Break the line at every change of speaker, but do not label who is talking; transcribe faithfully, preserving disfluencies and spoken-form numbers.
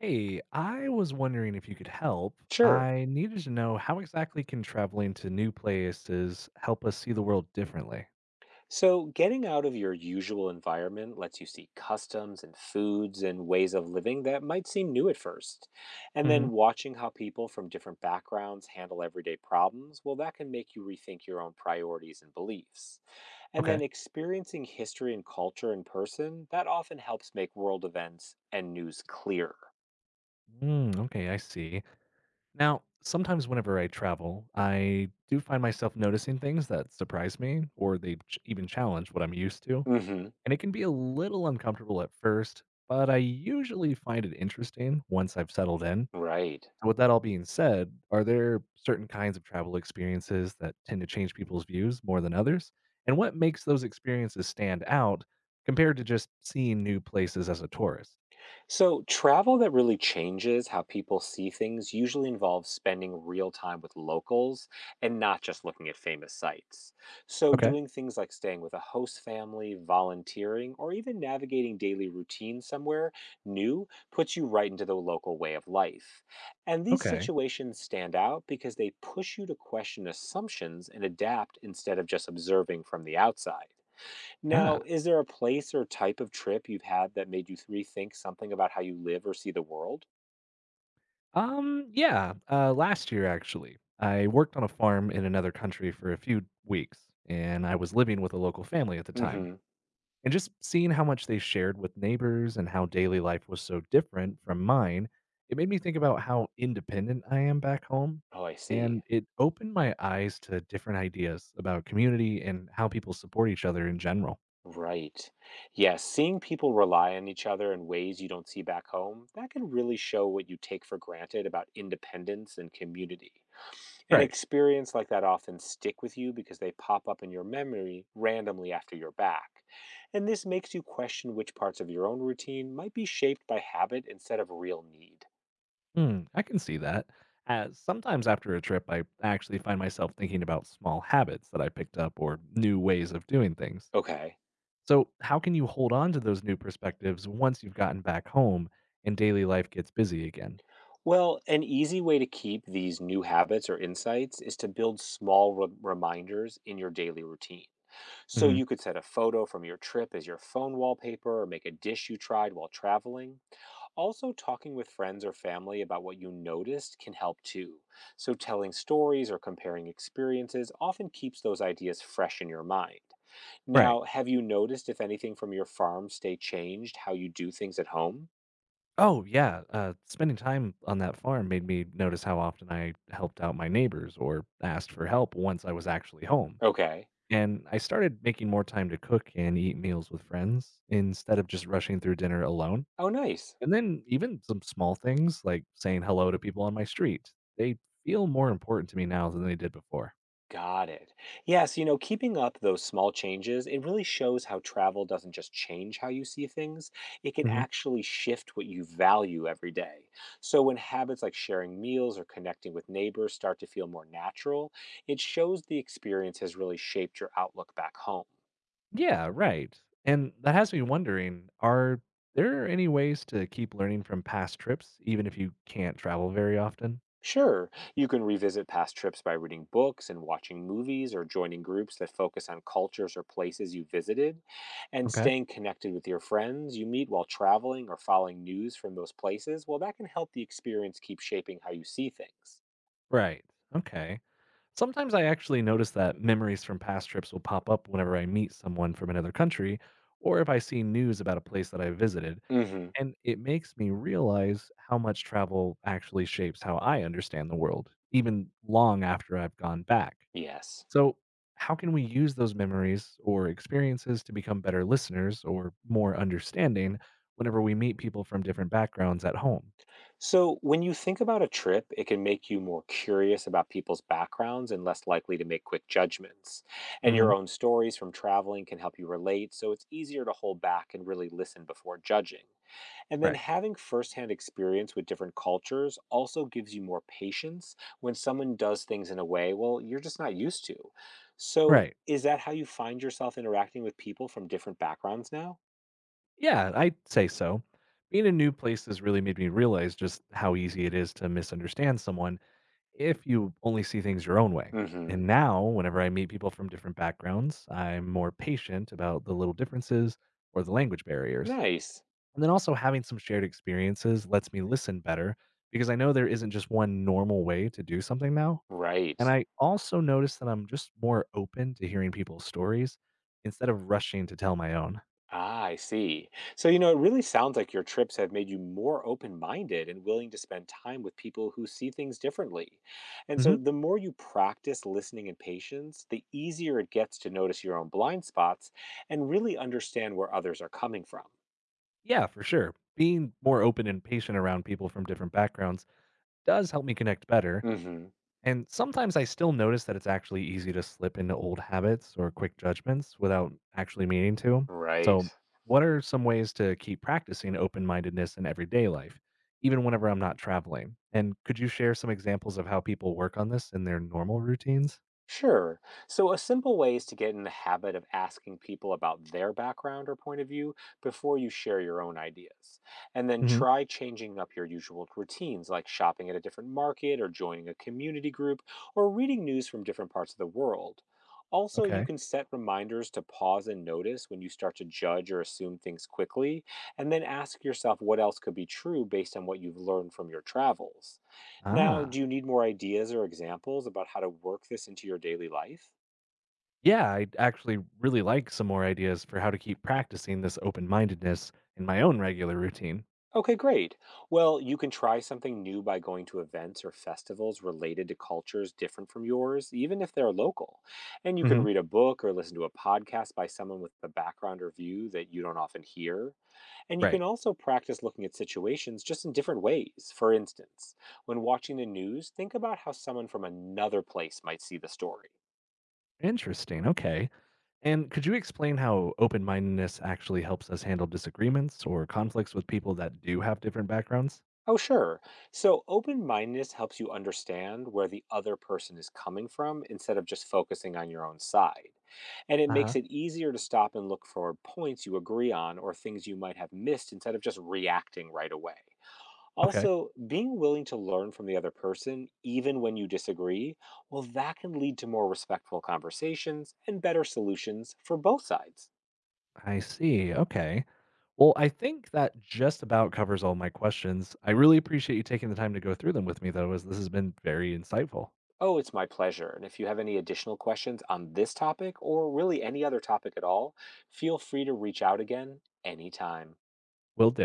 Hey, I was wondering if you could help.
Sure.
I needed to know how exactly can traveling to new places help us see the world differently?
So, getting out of your usual environment lets you see customs and foods and ways of living that might seem new at first. And
Hmm.
then watching how people from different backgrounds handle everyday problems, well, that can make you rethink your own priorities and beliefs. And
Okay.
then experiencing history and culture in person, that often helps make world events and news clearer.
Mm, okay, I see. Now, sometimes whenever I travel, I do find myself noticing things that surprise me or they ch- even challenge what I'm used to.
Hmm.
And it can be a little uncomfortable at first, but I usually find it interesting once I've settled in.
Right.
So with that all being said, are there certain kinds of travel experiences that tend to change people's views more than others? And what makes those experiences stand out compared to just seeing new places as a tourist?
So, travel that really changes how people see things usually involves spending real time with locals and not just looking at famous sites. So,
Okay.
doing things like staying with a host family, volunteering, or even navigating daily routines somewhere new puts you right into the local way of life. And these
Okay.
situations stand out because they push you to question assumptions and adapt instead of just observing from the outside. Now,
Ah.
is there a place or type of trip you've had that made you rethink something about how you live or see the world?
Um yeah, uh last year actually. I worked on a farm in another country for a few weeks and I was living with a local family at the time.
Hmm.
And just seeing how much they shared with neighbors and how daily life was so different from mine, it made me think about how independent I am back home.
Oh, I see.
And it opened my eyes to different ideas about community and how people support each other in general.
Right. Yes, seeing people rely on each other in ways you don't see back home, that can really show what you take for granted about independence and community. An
Right.
experience like that often stick with you because they pop up in your memory randomly after you're back. And this makes you question which parts of your own routine might be shaped by habit instead of real need.
Hmm. I can see that. As sometimes after a trip, I actually find myself thinking about small habits that I picked up or new ways of doing things.
Okay.
So, how can you hold on to those new perspectives once you've gotten back home and daily life gets busy again?
Well, an easy way to keep these new habits or insights is to build small re- reminders in your daily routine. So
Mhm.
you could set a photo from your trip as your phone wallpaper or make a dish you tried while traveling. Also, talking with friends or family about what you noticed can help too. So, telling stories or comparing experiences often keeps those ideas fresh in your mind.
Right.
Now, have you noticed if anything from your farm stay changed how you do things at home?
Oh, yeah, uh, spending time on that farm made me notice how often I helped out my neighbors or asked for help once I was actually home.
Okay.
And I started making more time to cook and eat meals with friends instead of just rushing through dinner alone.
Oh, nice.
And then even some small things like saying hello to people on my street, they feel more important to me now than they did before.
Got it. Yes, you know, keeping up those small changes, it really shows how travel doesn't just change how you see things, it can
Hmm.
actually shift what you value every day. So when habits like sharing meals or connecting with neighbors start to feel more natural, it shows the experience has really shaped your outlook back home.
Yeah, right. And that has me wondering, are there any ways to keep learning from past trips, even if you can't travel very often?
Sure, you can revisit past trips by reading books and watching movies or joining groups that focus on cultures or places you visited. And
Okay.
staying connected with your friends you meet while traveling or following news from those places, well, that can help the experience keep shaping how you see things.
Right. Okay. Sometimes I actually notice that memories from past trips will pop up whenever I meet someone from another country or if I see news about a place that I visited.
Hmm.
And it makes me realize how much travel actually shapes how I understand the world, even long after I've gone back.
Yes.
So, how can we use those memories or experiences to become better listeners or more understanding whenever we meet people from different backgrounds at home?
So when you think about a trip, it can make you more curious about people's backgrounds and less likely to make quick judgments. And
Hmm.
your own stories from traveling can help you relate, so it's easier to hold back and really listen before judging. And then
Right.
having firsthand experience with different cultures also gives you more patience when someone does things in a way, well, you're just not used to. So,
Right.
is that how you find yourself interacting with people from different backgrounds now?
Yeah, I'd say so. Being in new places really made me realize just how easy it is to misunderstand someone if you only see things your own way.
Hmm.
And now, whenever I meet people from different backgrounds, I'm more patient about the little differences or the language barriers.
Nice.
And then also having some shared experiences lets me listen better because I know there isn't just one normal way to do something now.
Right.
And I also notice that I'm just more open to hearing people's stories instead of rushing to tell my own.
Ah, I see. So, you know, it really sounds like your trips have made you more open minded and willing to spend time with people who see things differently. And so,
Mhm.
the more you practice listening and patience, the easier it gets to notice your own blind spots and really understand where others are coming from.
Yeah, for sure. Being more open and patient around people from different backgrounds does help me connect better.
Hmm.
And sometimes I still notice that it's actually easy to slip into old habits or quick judgments without actually meaning to.
Right.
So, what are some ways to keep practicing open mindedness in everyday life, even whenever I'm not traveling? And could you share some examples of how people work on this in their normal routines?
Sure. So, a simple way is to get in the habit of asking people about their background or point of view before you share your own ideas. And then
Hmm.
try changing up your usual routines, like shopping at a different market, or joining a community group, or reading news from different parts of the world. Also, you
Okay.
can set reminders to pause and notice when you start to judge or assume things quickly, and then ask yourself what else could be true based on what you've learned from your travels. Now,
Ah.
do you need more ideas or examples about how to work this into your daily life?
Yeah, I'd actually really like some more ideas for how to keep practicing this open mindedness in my own regular routine.
Okay, great. Well, you can try something new by going to events or festivals related to cultures different from yours, even if they're local. And you can
Hmm.
read a book or listen to a podcast by someone with a background or view that you don't often hear. And you can
Right.
also practice looking at situations just in different ways. For instance, when watching the news, think about how someone from another place might see the story.
Interesting. Okay. And could you explain how open mindedness actually helps us handle disagreements or conflicts with people that do have different backgrounds?
Oh, sure. So, open mindedness helps you understand where the other person is coming from instead of just focusing on your own side. And it
Uh
makes
huh.
it easier to stop and look for points you agree on or things you might have missed instead of just reacting right away.
Okay.
Also, being willing to learn from the other person, even when you disagree, well, that can lead to more respectful conversations and better solutions for both sides.
I see. Okay. Well, I think that just about covers all my questions. I really appreciate you taking the time to go through them with me, though, as this has been very insightful.
Oh, it's my pleasure. And if you have any additional questions on this topic or really any other topic at all, feel free to reach out again anytime.
Will do.